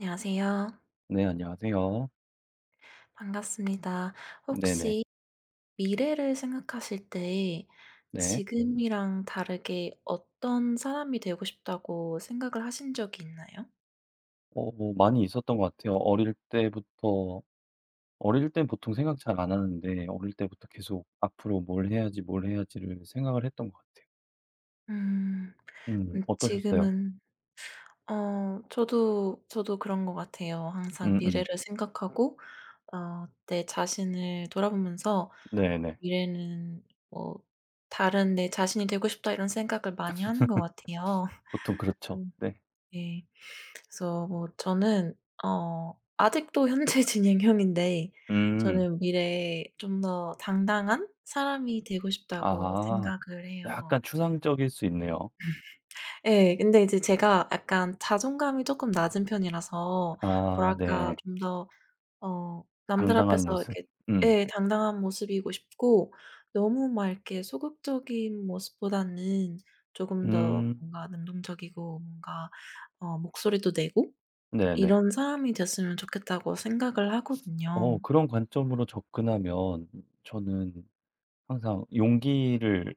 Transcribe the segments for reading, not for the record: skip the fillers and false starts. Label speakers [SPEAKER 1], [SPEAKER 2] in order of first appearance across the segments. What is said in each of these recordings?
[SPEAKER 1] 안녕하세요.
[SPEAKER 2] 네, 안녕하세요.
[SPEAKER 1] 반갑습니다.
[SPEAKER 2] 네네.
[SPEAKER 1] 혹시 미래를 생각하실 때
[SPEAKER 2] 네.
[SPEAKER 1] 지금이랑 다르게 어떤 사람이 되고 싶다고 생각을 하신 적이 있나요?
[SPEAKER 2] 뭐 많이 있었던 것 같아요. 어릴 땐 보통 생각 잘 안 하는데 어릴 때부터 계속 '앞으로 뭘 해야지, 뭘 해야지.'를 생각을 했던 것 같아요.
[SPEAKER 1] 음. 그럼
[SPEAKER 2] 어떠셨어요?
[SPEAKER 1] 지금은 어, 저도 그런 것 같아요. 항상
[SPEAKER 2] 음음.
[SPEAKER 1] 미래를 생각하고 어 내 자신을 돌아보면서
[SPEAKER 2] 네네.
[SPEAKER 1] "미래는 뭐 다른 내 자신이 되고 싶다." 이런 생각을 많이 하는 것 같아요.
[SPEAKER 2] 보통 그렇죠. 네.
[SPEAKER 1] 네. 그래서 뭐 저는 아직도 현재 진행형인데
[SPEAKER 2] 음.
[SPEAKER 1] 저는 미래에 좀 더 당당한 사람이 되고 싶다고
[SPEAKER 2] 아.
[SPEAKER 1] 생각을 해요.
[SPEAKER 2] 약간 추상적일 수 있네요.
[SPEAKER 1] 예. 근데 이제 제가 약간 자존감이 쪼끔 낮은 편이라서
[SPEAKER 2] 아
[SPEAKER 1] 뭐랄까
[SPEAKER 2] 네.
[SPEAKER 1] 좀 더 어 남들 앞에서
[SPEAKER 2] 당당한 모습.
[SPEAKER 1] 이렇게
[SPEAKER 2] 음.
[SPEAKER 1] 예 당당한 모습이고 싶고 너무 막 이렇게 소극적인 모습보다는 조금 더
[SPEAKER 2] 음.
[SPEAKER 1] 뭔가 능동적이고 뭔가 어 목소리도 내고
[SPEAKER 2] 네네.
[SPEAKER 1] 이런 사람이 됐으면 좋겠다고 생각을 하거든요.
[SPEAKER 2] 그런 관점으로 접근하면 저는 항상 용기를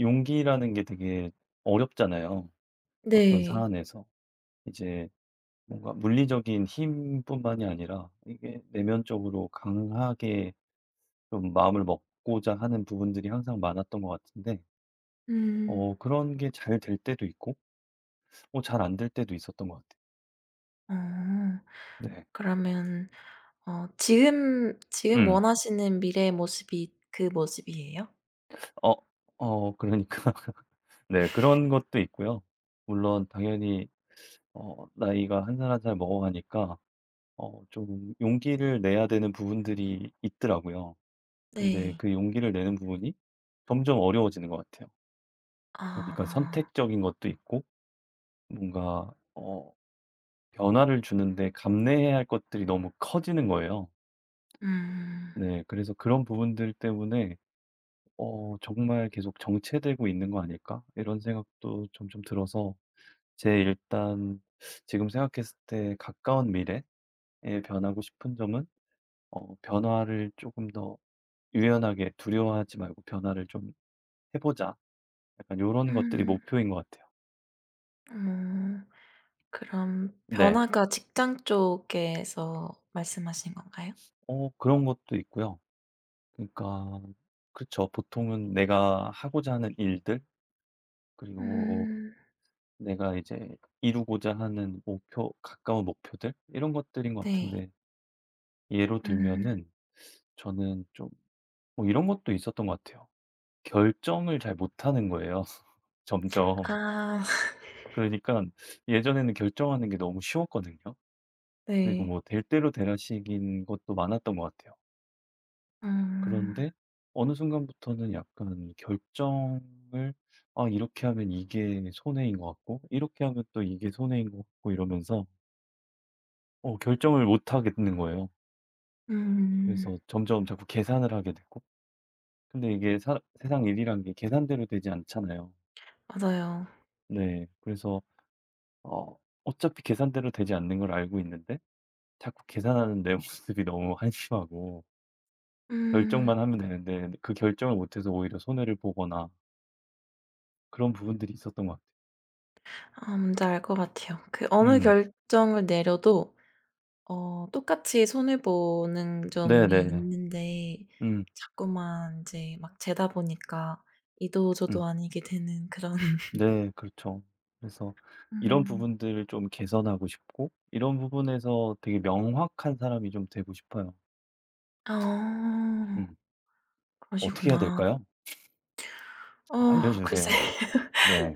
[SPEAKER 2] 용기라는 게 되게 어렵잖아요, 어떤
[SPEAKER 1] 네.
[SPEAKER 2] 사안에서. 이제 뭔가 물리적인 힘뿐만이 아니라 이게 내면적으로 강하게 좀 마음을 먹고자 하는 부분들이 항상 많았던 것 같은데
[SPEAKER 1] 음.
[SPEAKER 2] 그런 게 잘 될 때도 있고 잘 안 될 때도 있었던 것 같아요.
[SPEAKER 1] 어.
[SPEAKER 2] 네.
[SPEAKER 1] 그러면 어 지금
[SPEAKER 2] 음.
[SPEAKER 1] 원하시는 미래의 모습이 그 모습이에요?
[SPEAKER 2] 어 그러니까 네 그런 것도 있고요. 물론 당연히 나이가 한살 한살 먹어가니까 좀 용기를 내야 되는 부분들이 있더라고요. 근데
[SPEAKER 1] 네.
[SPEAKER 2] 그 용기를 내는 부분이 점점 어려워지는 것 같아요. 그러니까
[SPEAKER 1] 아.
[SPEAKER 2] 선택적인 것도 있고 뭔가 변화를 주는데 감내해야 할 것들이 너무 커지는 거예요.
[SPEAKER 1] 음.
[SPEAKER 2] 네. 그래서 그런 부분들 때문에 '어 정말 계속 정체되고 있는 거 아닐까?' 이런 생각도 점점 들어서 제 일단 지금 생각했을 때 가까운 미래에 변하고 싶은 점은 '변화를 조금 더 유연하게 두려워하지 말고 변화를 좀 해 보자.' 약간 이런 것들이
[SPEAKER 1] 음.
[SPEAKER 2] 목표인 것 같아요.
[SPEAKER 1] 어. 그럼
[SPEAKER 2] 네.
[SPEAKER 1] 변화가 직장 쪽에서 말씀하신 건가요?
[SPEAKER 2] 그런 것도 있고요. 그러니까 그쵸. 보통은 내가 하고자 하는 일들 그리고
[SPEAKER 1] 음.
[SPEAKER 2] 내가 이제 이루고자 하는 목표 가까운 목표들 이런 것들인 것
[SPEAKER 1] 네.
[SPEAKER 2] 같은데 예로
[SPEAKER 1] 음.
[SPEAKER 2] 들면은 저는 좀 뭐 이런 것도 있었던 것 같아요. 결정을 잘 못하는 거예요 점점.
[SPEAKER 1] 아.
[SPEAKER 2] 그러니까 예전에는 결정하는 게 너무 쉬웠거든요. 그리고
[SPEAKER 1] 네.
[SPEAKER 2] 뭐 될 대로 되라식인 것도 많았던 것 같아요.
[SPEAKER 1] 음.
[SPEAKER 2] 그런데 어느 순간부터는 약간 결정을 '아 이렇게 하면 이게 손해인 것 같고 이렇게 하면 또 이게 손해인 것 같고.' 이러면서 결정을 못 하겠는 거예요.
[SPEAKER 1] 음.
[SPEAKER 2] 그래서 점점 자꾸 계산을 하게 되고 근데 이게 사 세상 일이란 게 계산대로 되지 않잖아요.
[SPEAKER 1] 맞아요.
[SPEAKER 2] 네. 그래서 어 어차피 계산대로 되지 않는 걸 알고 있는데 자꾸 계산하는 내 모습이 너무 한심하고
[SPEAKER 1] 음.
[SPEAKER 2] 결정만 하면 되는데 그 결정을 못 해서 오히려 손해를 보거나 그런 부분들이 있었던 것 같아요.
[SPEAKER 1] 아 뭔지 알 것 같아요. 그 어느
[SPEAKER 2] 음.
[SPEAKER 1] 결정을 내려도 어 똑같이 손해 보는 점이
[SPEAKER 2] 네네.
[SPEAKER 1] 있는데
[SPEAKER 2] 음
[SPEAKER 1] 자꾸만 인제 막 재다 보니까 이도
[SPEAKER 2] 음.
[SPEAKER 1] 저도 아니게 되는 그런
[SPEAKER 2] 네 그렇죠. 그래서 이런
[SPEAKER 1] 음.
[SPEAKER 2] 부분들을 좀 개선하고 싶고 이런 부분에서 되게 명확한 사람이 좀 되고 싶어요.
[SPEAKER 1] 아
[SPEAKER 2] 음. 어떻게 해야
[SPEAKER 1] 그러시구나.
[SPEAKER 2] 될까요?
[SPEAKER 1] 어 글쎄
[SPEAKER 2] 알려주세요. 네.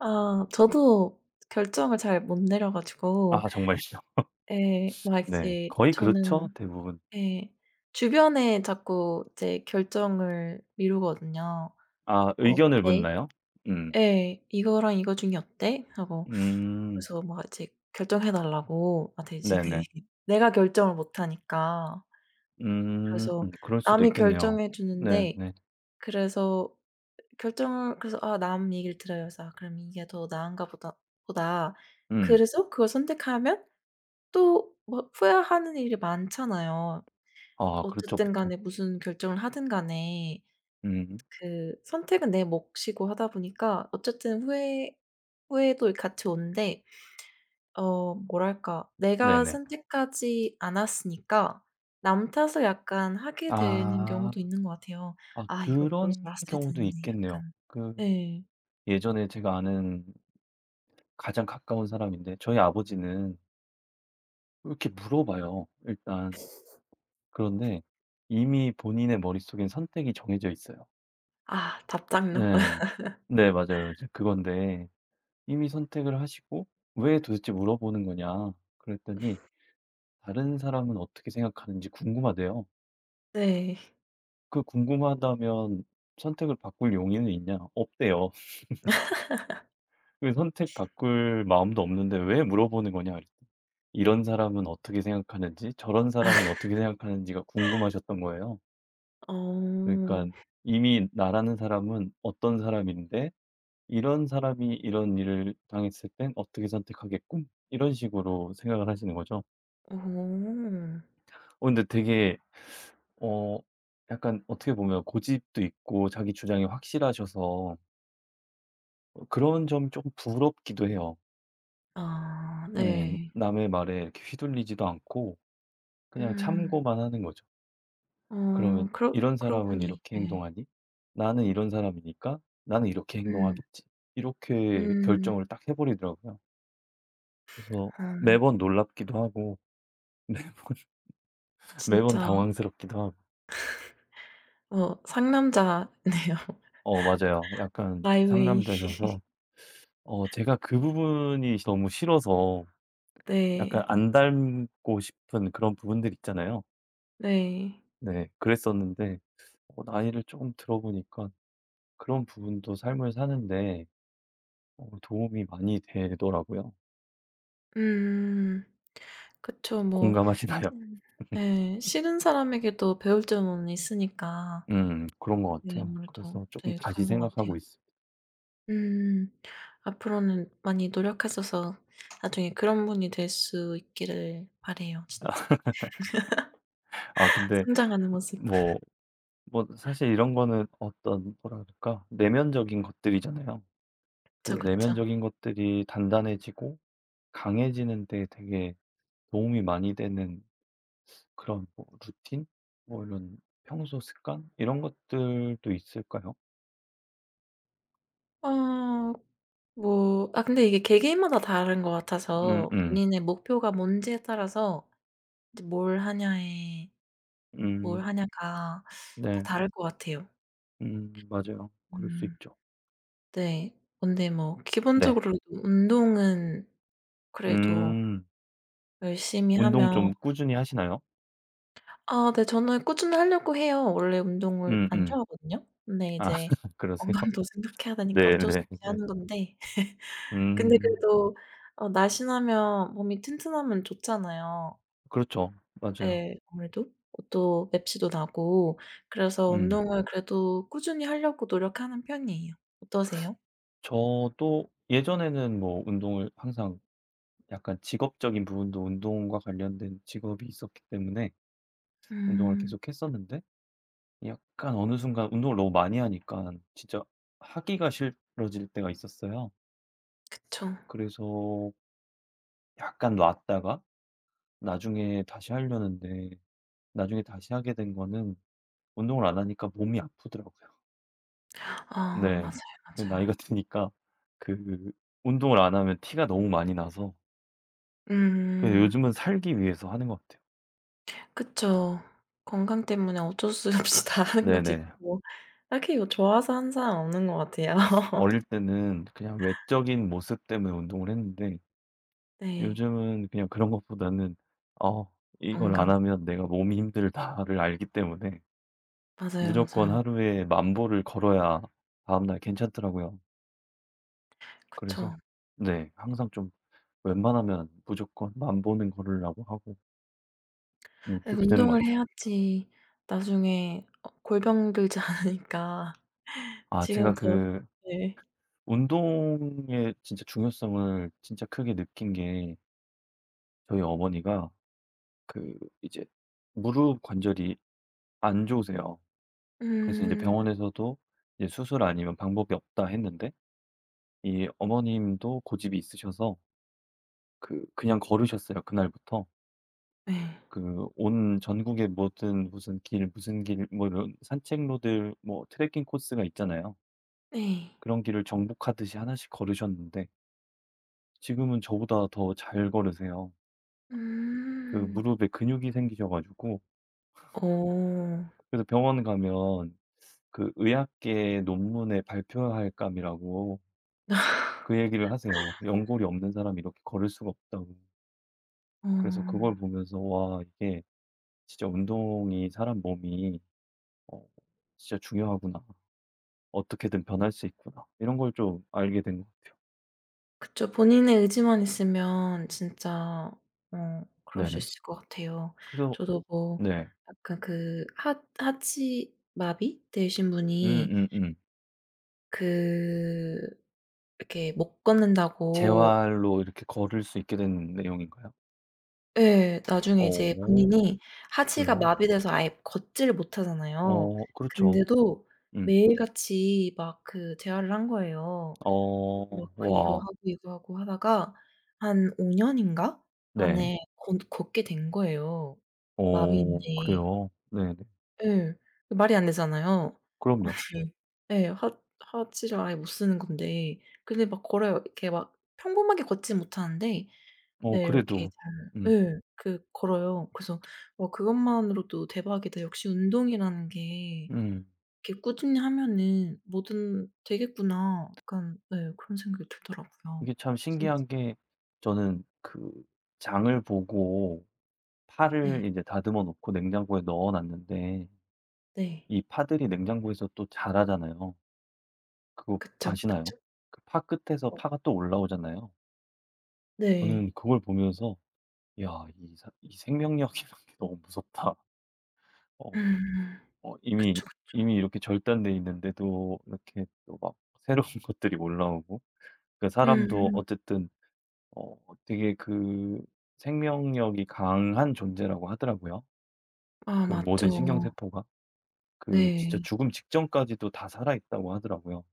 [SPEAKER 1] 아 저도 결정을 잘 못 내려 가지고
[SPEAKER 2] 아 정말요?
[SPEAKER 1] 예 막
[SPEAKER 2] 네.
[SPEAKER 1] 이제
[SPEAKER 2] 거의 그렇죠,
[SPEAKER 1] 저는
[SPEAKER 2] 대부분.
[SPEAKER 1] 예 주변에 자꾸 이제 결정을 미루거든요.
[SPEAKER 2] 아
[SPEAKER 1] 뭐
[SPEAKER 2] 의견을
[SPEAKER 1] "네."
[SPEAKER 2] 묻나요? 음.
[SPEAKER 1] 예. "이거랑 이거 중에 어때?" 하고
[SPEAKER 2] 음.
[SPEAKER 1] 그래서 막 이제 결정해 달라고 아 대신에
[SPEAKER 2] 네네.
[SPEAKER 1] 내가 결정을 못 하니까.
[SPEAKER 2] 음.
[SPEAKER 1] 그래서
[SPEAKER 2] 그럴 수도
[SPEAKER 1] 남이
[SPEAKER 2] 있겠네요.
[SPEAKER 1] 결정해 주는데
[SPEAKER 2] 네네.
[SPEAKER 1] 그래서 결정을 그래서 아 남 얘기를 들어요. 그래서 "아 그럼 이게 더 나은가 보다.'
[SPEAKER 2] 음.
[SPEAKER 1] 그래서 그걸 선택하면 또 뭐 후회하는 일이 많잖아요.
[SPEAKER 2] 아 그렇죠,
[SPEAKER 1] 어쨌든
[SPEAKER 2] 보통.
[SPEAKER 1] 간에 무슨 결정을 하든 간에
[SPEAKER 2] 음.
[SPEAKER 1] 그 선택은 내 몫이고 하다 보니까 어쨌든 후회도 같이 오는데 어 뭐랄까. 내가
[SPEAKER 2] 네네.
[SPEAKER 1] 선택하지 않았으니까 남 탓을 약간 하게 되는
[SPEAKER 2] 아.
[SPEAKER 1] 경우도 있는 것 같아요.
[SPEAKER 2] 아
[SPEAKER 1] "아 이걸 고르지
[SPEAKER 2] 그런
[SPEAKER 1] 말았어야
[SPEAKER 2] 경우도
[SPEAKER 1] 되는데."
[SPEAKER 2] 있겠네요.
[SPEAKER 1] 약간
[SPEAKER 2] 그
[SPEAKER 1] 예.
[SPEAKER 2] 예전에 제가 아는 가장 가까운 사람인데 저희 아버지는 이렇게 물어봐요, 일단. 그런데 이미 본인의 머릿속엔 선택이 정해져 있어요.
[SPEAKER 1] 아 답장 넣어요
[SPEAKER 2] 네. 네 맞아요. 이제 그건데 이미 선택을 하시고 "왜 도대체 물어보는 거냐?" 그랬더니 "다른 사람은 어떻게 생각하는지 궁금하대요."
[SPEAKER 1] 네.
[SPEAKER 2] "그 궁금하다면 선택을 바꿀 용의는 있냐?" "없대요." 그 선택 바꿀 마음도 없는데 왜 물어보는 거냐 그랬더니 이런 사람은 어떻게 생각하는지 저런 사람은 어떻게 생각하는지가 궁금하셨던 거예요. 그러니까
[SPEAKER 1] 어.
[SPEAKER 2] 이미 나라는 사람은 어떤 사람인데 이런 사람이 이런 일을 당했을 땐 어떻게 선택하겠군 이런 식으로 생각을 하시는 거죠.
[SPEAKER 1] 어.
[SPEAKER 2] 근데 되게 어 약간 어떻게 보면 고집도 있고 자기 주장이 확실하셔서 그런 점이 조금 부럽기도 해요.
[SPEAKER 1] 아
[SPEAKER 2] 네,
[SPEAKER 1] 네.
[SPEAKER 2] 남의 말에 이렇게 휘둘리지도 않고 그냥
[SPEAKER 1] 음.
[SPEAKER 2] 참고만 하는 거죠.
[SPEAKER 1] 어
[SPEAKER 2] 그러면
[SPEAKER 1] 그러
[SPEAKER 2] '이런
[SPEAKER 1] 그러고
[SPEAKER 2] 사람은
[SPEAKER 1] 보니
[SPEAKER 2] 이렇게
[SPEAKER 1] 네.
[SPEAKER 2] 행동하니? 나는 이런 사람이니까 나는 이렇게
[SPEAKER 1] 음.
[SPEAKER 2] 행동하겠지.' 이렇게
[SPEAKER 1] 음.
[SPEAKER 2] 결정을 딱 해 버리더라고요. 그래서
[SPEAKER 1] 아
[SPEAKER 2] 매번 놀랍기도 하고 매번 매번
[SPEAKER 1] 진짜
[SPEAKER 2] 당황스럽기도 하고.
[SPEAKER 1] 어 상남자네요.
[SPEAKER 2] 맞아요. 약간
[SPEAKER 1] 마이 웨이.
[SPEAKER 2] 상남자셔서 제가 그 부분이 너무 싫어서 약간
[SPEAKER 1] 네.
[SPEAKER 2] 안 닮고 싶은 그런 부분들 있잖아요.
[SPEAKER 1] 네.
[SPEAKER 2] 네. 그랬었는데 나이를 조금 들어 보니까 그런 부분도 삶을 사는데 도움이 많이 되더라고요.
[SPEAKER 1] 음. 그쵸. 뭐
[SPEAKER 2] 공감하시나요?
[SPEAKER 1] 음. 예. 싫은 사람에게도 배울 점은 있으니까.
[SPEAKER 2] 그런 것
[SPEAKER 1] 네
[SPEAKER 2] 같아요.
[SPEAKER 1] 아무래도
[SPEAKER 2] 그래서 조금
[SPEAKER 1] 네
[SPEAKER 2] 다시
[SPEAKER 1] 그런 것
[SPEAKER 2] 생각하고
[SPEAKER 1] 같아요.
[SPEAKER 2] 있어요.
[SPEAKER 1] 음. 앞으로는 많이 노력하셔서 나중에 그런 분이 될 수 있기를 바라요 진짜.
[SPEAKER 2] 아 근데
[SPEAKER 1] 성장하는 모습.
[SPEAKER 2] 뭐 사실 이런 거는 어떤 뭐라 그럴까? 내면적인 것들이잖아요. 그
[SPEAKER 1] 그쵸, 그쵸.
[SPEAKER 2] 내면적인 것들이 단단해지고 강해지는 데 되게 도움이 많이 되는 그런 뭐 루틴? 뭐 이런 평소 습관? 이런 것들도 있을까요?
[SPEAKER 1] 어 뭐 아 근데 이게 개개인마다 다른 것
[SPEAKER 2] 음음.
[SPEAKER 1] 같아서
[SPEAKER 2] 음.
[SPEAKER 1] 본인의 목표가 뭔지에 따라서 이제 뭘 하냐에 뭘
[SPEAKER 2] 음,
[SPEAKER 1] 하냐가 다
[SPEAKER 2] 네.
[SPEAKER 1] 다를 것 같아요.
[SPEAKER 2] 맞아요. 그럴 수
[SPEAKER 1] 음.
[SPEAKER 2] 있죠.
[SPEAKER 1] 네. 근데 뭐
[SPEAKER 2] 네.
[SPEAKER 1] 기본적으로 운동은 그래도
[SPEAKER 2] 음.
[SPEAKER 1] 열심히
[SPEAKER 2] 운동
[SPEAKER 1] 하면
[SPEAKER 2] 좀 꾸준히 하시나요?
[SPEAKER 1] 아 네 저는 꾸준히 하려고 해요. 원래 운동을 안
[SPEAKER 2] 음음.
[SPEAKER 1] 좋아하거든요. 근데
[SPEAKER 2] 아
[SPEAKER 1] 이제
[SPEAKER 2] 그러세요?
[SPEAKER 1] 건강도 생각해야 되니까 어쩔 수
[SPEAKER 2] 네네.
[SPEAKER 1] 없이
[SPEAKER 2] 네.
[SPEAKER 1] 하는 건데 근데
[SPEAKER 2] 음.
[SPEAKER 1] 그래도 어 날씬하면 몸이 튼튼하면 좋잖아요.
[SPEAKER 2] 그렇죠. 맞아요.
[SPEAKER 1] 예 아무래도. 또 맵시도 나고 그래서
[SPEAKER 2] 음.
[SPEAKER 1] 운동을 그래도 꾸준히 하려고 노력하는 편이에요. 어떠세요?
[SPEAKER 2] 저도 예전에는 뭐 운동을 항상 약간 직업적인 부분도 운동과 관련된 직업이 있었기 때문에 운동을
[SPEAKER 1] 음
[SPEAKER 2] 계속 했었는데 약간 어느 순간 운동을 너무 많이 하니까 진짜 하기가 싫어질 때가 있었어요.
[SPEAKER 1] 그쵸.
[SPEAKER 2] 그래서 약간 놨다가 나중에 다시 하려는데 나중에 다시 하게 된 거는 운동을 안 하니까 몸이 아프더라고요.
[SPEAKER 1] 아
[SPEAKER 2] 네.
[SPEAKER 1] 맞아요,
[SPEAKER 2] 그 나이가
[SPEAKER 1] 맞아요.
[SPEAKER 2] 드니까 그 운동을 안 하면 티가 너무 많이 나서 그냥
[SPEAKER 1] 음.
[SPEAKER 2] 요즘은 살기 위해서 하는 것 같아요.
[SPEAKER 1] 그쵸. 건강 때문에 어쩔 수 없이 다 하는 거지
[SPEAKER 2] 네네.
[SPEAKER 1] 뭐 딱히 이거 좋아서 한 사람 없는 것 같아요.
[SPEAKER 2] 어릴 때는 그냥 외적인 모습 때문에 운동을 했는데
[SPEAKER 1] 네.
[SPEAKER 2] 요즘은 그냥 그런 것보다는 '어 이걸
[SPEAKER 1] 건강.
[SPEAKER 2] 안 하면 내가 몸이 힘들다.'를 알기 때문에
[SPEAKER 1] 맞아요,
[SPEAKER 2] 무조건
[SPEAKER 1] 맞아요.
[SPEAKER 2] 하루에 10,000보를 걸어야 다음날 괜찮더라고요. 그래서
[SPEAKER 1] 그쵸.
[SPEAKER 2] 네 항상 좀 웬만하면 무조건 10,000보는 걸으려고 하고
[SPEAKER 1] 예
[SPEAKER 2] 그렇게 되는
[SPEAKER 1] 운동을
[SPEAKER 2] 것 같아요.
[SPEAKER 1] 해야지 나중에 어 골병 들지 않으니까
[SPEAKER 2] 아 제가
[SPEAKER 1] 지금부터
[SPEAKER 2] 그
[SPEAKER 1] 네.
[SPEAKER 2] 운동의 진짜 중요성을 진짜 크게 느낀 게 저희 어머니가 그 이제 무릎 관절이 안 좋으세요. 그래서 이제
[SPEAKER 1] 음
[SPEAKER 2] 병원에서도 이제 수술 아니면 방법이 없다 했는데 이 어머님도 고집이 있으셔서 그냥 걸으셨어요 그날부터.
[SPEAKER 1] 네.
[SPEAKER 2] 그 온 전국의 모든 무슨 길 무슨 길 뭐 이런 산책로들 뭐 트레킹 코스가 있잖아요.
[SPEAKER 1] 네.
[SPEAKER 2] 그런 길을 정복하듯이 하나씩 걸으셨는데 지금은 저보다 더 잘 걸으세요. 그
[SPEAKER 1] 음.
[SPEAKER 2] 무릎에 근육이 생기셔 가지고
[SPEAKER 1] 오
[SPEAKER 2] 그래서 병원 가면 그 의학계 논문에 발표할 감이라고 그 얘기를 하세요. 연골이 없는 사람이 이렇게 걸을 수가 없다고. 그래서 그걸
[SPEAKER 1] 어.
[SPEAKER 2] 보면서 '와 이게 진짜 운동이 사람 몸이 어 진짜 중요하구나. 어떻게든 변할 수 있구나.' 이런 걸 좀 알게 된 것 같아요.
[SPEAKER 1] 그쵸. 본인의 의지만 있으면 진짜 어 그럴 수
[SPEAKER 2] 네네.
[SPEAKER 1] 있을 것 같아요.
[SPEAKER 2] 그래서
[SPEAKER 1] 저도 뭐
[SPEAKER 2] 네.
[SPEAKER 1] 약간 그 하 하지 마비 되신 분이
[SPEAKER 2] 음음음.
[SPEAKER 1] 그 이렇게 못 걷는다고
[SPEAKER 2] 재활로 이렇게 걸을 수 있게 된 내용인가요?
[SPEAKER 1] 예. 나중에 이제
[SPEAKER 2] 오오
[SPEAKER 1] 본인이 하지가
[SPEAKER 2] 그래요?
[SPEAKER 1] 마비돼서 아예 걷지를 못하잖아요.
[SPEAKER 2] 그렇죠.
[SPEAKER 1] 근데도
[SPEAKER 2] 음.
[SPEAKER 1] 매일같이 막 그 재활을 한 거예요.
[SPEAKER 2] 어
[SPEAKER 1] 뭐 그 이거
[SPEAKER 2] 와.
[SPEAKER 1] 하고 이거 하고 하다가 한 5년 년인가
[SPEAKER 2] 네.
[SPEAKER 1] 만에 걷 걷게 된 거예요. 마비인데
[SPEAKER 2] 그래요. 네네.
[SPEAKER 1] 예. 말이 안 되잖아요.
[SPEAKER 2] 그럼요.
[SPEAKER 1] 예 예. 하 하지를 아예 못 쓰는 건데 근데 막 걸어요. 이렇게 막 평범하게 걷진 못하는데 네 이렇게
[SPEAKER 2] 그래도
[SPEAKER 1] 잘
[SPEAKER 2] 음.
[SPEAKER 1] 예 그 걸어요. 그래서 와 그것만으로도 대박이다. 역시 운동이라는 게
[SPEAKER 2] 음.
[SPEAKER 1] 이렇게 꾸준히 하면은 뭐든 되겠구나. 약간 네 그런 생각이 들더라고요.
[SPEAKER 2] 이게 참
[SPEAKER 1] 진짜
[SPEAKER 2] 신기한 게 저는 그 장을 보고
[SPEAKER 1] 네.
[SPEAKER 2] 파를 이제 다듬어 놓고 냉장고에 넣어 놨는데
[SPEAKER 1] 네.
[SPEAKER 2] 이 파들이 냉장고에서 또 자라잖아요. 그거
[SPEAKER 1] 그쵸,
[SPEAKER 2] 아시나요?
[SPEAKER 1] 그쵸.
[SPEAKER 2] 그 파 끝에서
[SPEAKER 1] 어
[SPEAKER 2] 파가 또 올라오잖아요.
[SPEAKER 1] 네.
[SPEAKER 2] 저는 그걸 보면서 '야 이 생명력이란 게 너무 무섭다.' 어.
[SPEAKER 1] 음.
[SPEAKER 2] 어 이미
[SPEAKER 1] 그쵸, 그쵸.
[SPEAKER 2] 이미 이렇게 절단돼 있는데도 이렇게 또 막 새로운 것들이 올라오고 그 사람도
[SPEAKER 1] 음음.
[SPEAKER 2] 어쨌든 어 되게 그 생명력이 강한 존재라고 하더라고요.
[SPEAKER 1] 아
[SPEAKER 2] 그 모든
[SPEAKER 1] 맞죠.
[SPEAKER 2] 신경세포가. 그 진짜
[SPEAKER 1] 네.
[SPEAKER 2] 죽음 직전까지도 다 살아있다고 하더라고요.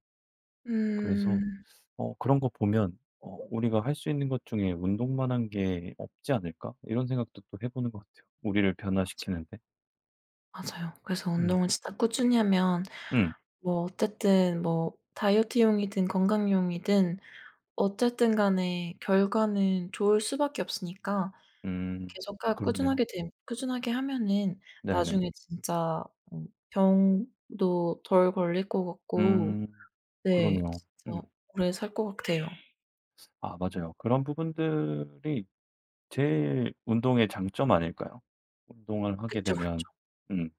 [SPEAKER 2] 그래서
[SPEAKER 1] 음.
[SPEAKER 2] 그런 거 보면 '우리가 할 수 있는 것 중에 운동만 한 게 없지 않을까?' 이런 생각도 또 해 보는 것 같아요, 우리를 변화시키는데.
[SPEAKER 1] 맞아요. 그래서
[SPEAKER 2] 음.
[SPEAKER 1] 운동을 진짜 꾸준히 하면
[SPEAKER 2] 음.
[SPEAKER 1] 뭐 어쨌든 뭐 다이어트용이든 건강용이든 어쨌든 간에 결과는 좋을 수밖에 없으니까
[SPEAKER 2] 음.
[SPEAKER 1] 계속 하
[SPEAKER 2] 그렇네요.
[SPEAKER 1] 꾸준하게 됨 꾸준하게 하면은
[SPEAKER 2] 네네.
[SPEAKER 1] 나중에 진짜 어 병도 덜 걸릴 것 같고
[SPEAKER 2] 음.
[SPEAKER 1] 네.
[SPEAKER 2] 그러네요.
[SPEAKER 1] 진짜
[SPEAKER 2] 음.
[SPEAKER 1] 오래 살 것 같아요.
[SPEAKER 2] 아 맞아요. 그런 부분들이 제일 운동의 장점 아닐까요? 운동을 하게
[SPEAKER 1] 그쵸,
[SPEAKER 2] 되면
[SPEAKER 1] 그쵸.
[SPEAKER 2] 음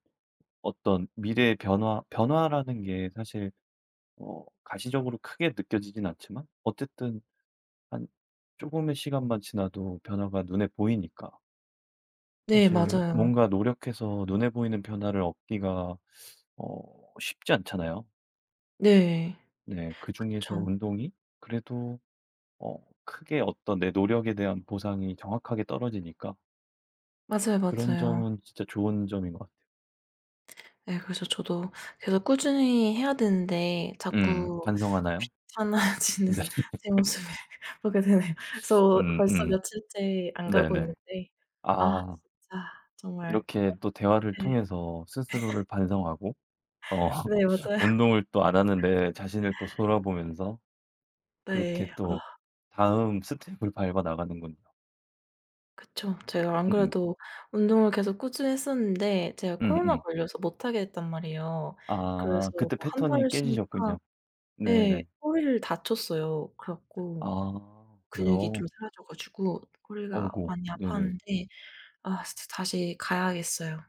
[SPEAKER 2] 어떤 미래의 변화라는 게 사실 가시적으로 크게 느껴지진 않지만 어쨌든 한 조금의 시간만 지나도 변화가 눈에 보이니까
[SPEAKER 1] 네
[SPEAKER 2] 사실
[SPEAKER 1] 맞아요.
[SPEAKER 2] 뭔가 노력해서 눈에 보이는 변화를 얻기가 쉽지 않잖아요.
[SPEAKER 1] 네.
[SPEAKER 2] 네. 그중에서
[SPEAKER 1] 그쵸.
[SPEAKER 2] 운동이 그래도 어 크게 어떤 내 노력에 대한 보상이 정확하게 떨어지니까
[SPEAKER 1] 맞아요,
[SPEAKER 2] 그런
[SPEAKER 1] 맞아요.
[SPEAKER 2] 점은 진짜 좋은 점인 것 같아요.
[SPEAKER 1] 예 그래서 저도 계속 꾸준히 해야 되는데
[SPEAKER 2] 음.
[SPEAKER 1] 자꾸
[SPEAKER 2] 반성하나요?
[SPEAKER 1] 귀찮아지는
[SPEAKER 2] 네.
[SPEAKER 1] 제 모습을 보게 되네요. 그래서 벌써
[SPEAKER 2] 음음.
[SPEAKER 1] 며칠째 안 가고
[SPEAKER 2] 네네.
[SPEAKER 1] 있는데 아
[SPEAKER 2] 아
[SPEAKER 1] 진짜 정말
[SPEAKER 2] 이렇게 또 대화를
[SPEAKER 1] 예.
[SPEAKER 2] 통해서 스스로를 반성하고 어
[SPEAKER 1] 네 맞아요.
[SPEAKER 2] 운동을 또 안 하는 내 자신을 또 돌아보면서 그렇게
[SPEAKER 1] 네. 아.
[SPEAKER 2] 또 다음 스텝을 밟아 나가는군요.
[SPEAKER 1] 그쵸. 제가 안
[SPEAKER 2] 음.
[SPEAKER 1] 그래도 운동을 계속 꾸준히 했었는데 제가 코로나
[SPEAKER 2] 음음.
[SPEAKER 1] 걸려서 못 하게 됐단 말이에요. 그래서
[SPEAKER 2] 아 그때
[SPEAKER 1] 뭐 한
[SPEAKER 2] 패턴이
[SPEAKER 1] 달을 쉬니까
[SPEAKER 2] 깨지셨군요.
[SPEAKER 1] 예
[SPEAKER 2] 네네.
[SPEAKER 1] 허리를 다쳤어요. 그래 갖고
[SPEAKER 2] 아
[SPEAKER 1] 근육이
[SPEAKER 2] 그래요?
[SPEAKER 1] 좀 사라져 가지고 허리가
[SPEAKER 2] 아이고.
[SPEAKER 1] 많이
[SPEAKER 2] 네네.
[SPEAKER 1] 아팠는데 아 진짜 다시 가야겠어요.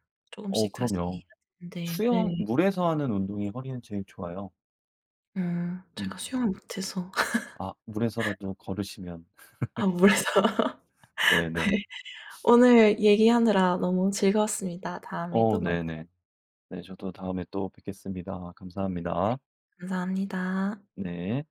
[SPEAKER 1] 조금씩 다시 해야
[SPEAKER 2] 그럼요.
[SPEAKER 1] 되는데 네.
[SPEAKER 2] 수영 물에서 하는 운동이 허리는 제일 좋아요.
[SPEAKER 1] 제가
[SPEAKER 2] 음.
[SPEAKER 1] 수영을 못해서
[SPEAKER 2] 아 물에서라도 걸으시면.
[SPEAKER 1] 아 몰라서.
[SPEAKER 2] 네네.
[SPEAKER 1] 네. 오늘 얘기하느라 너무 즐거웠습니다. 다음에 또 만나요.
[SPEAKER 2] 네네. 네 저도 다음에 또 뵙겠습니다. 감사합니다.
[SPEAKER 1] 감사합니다.
[SPEAKER 2] 네.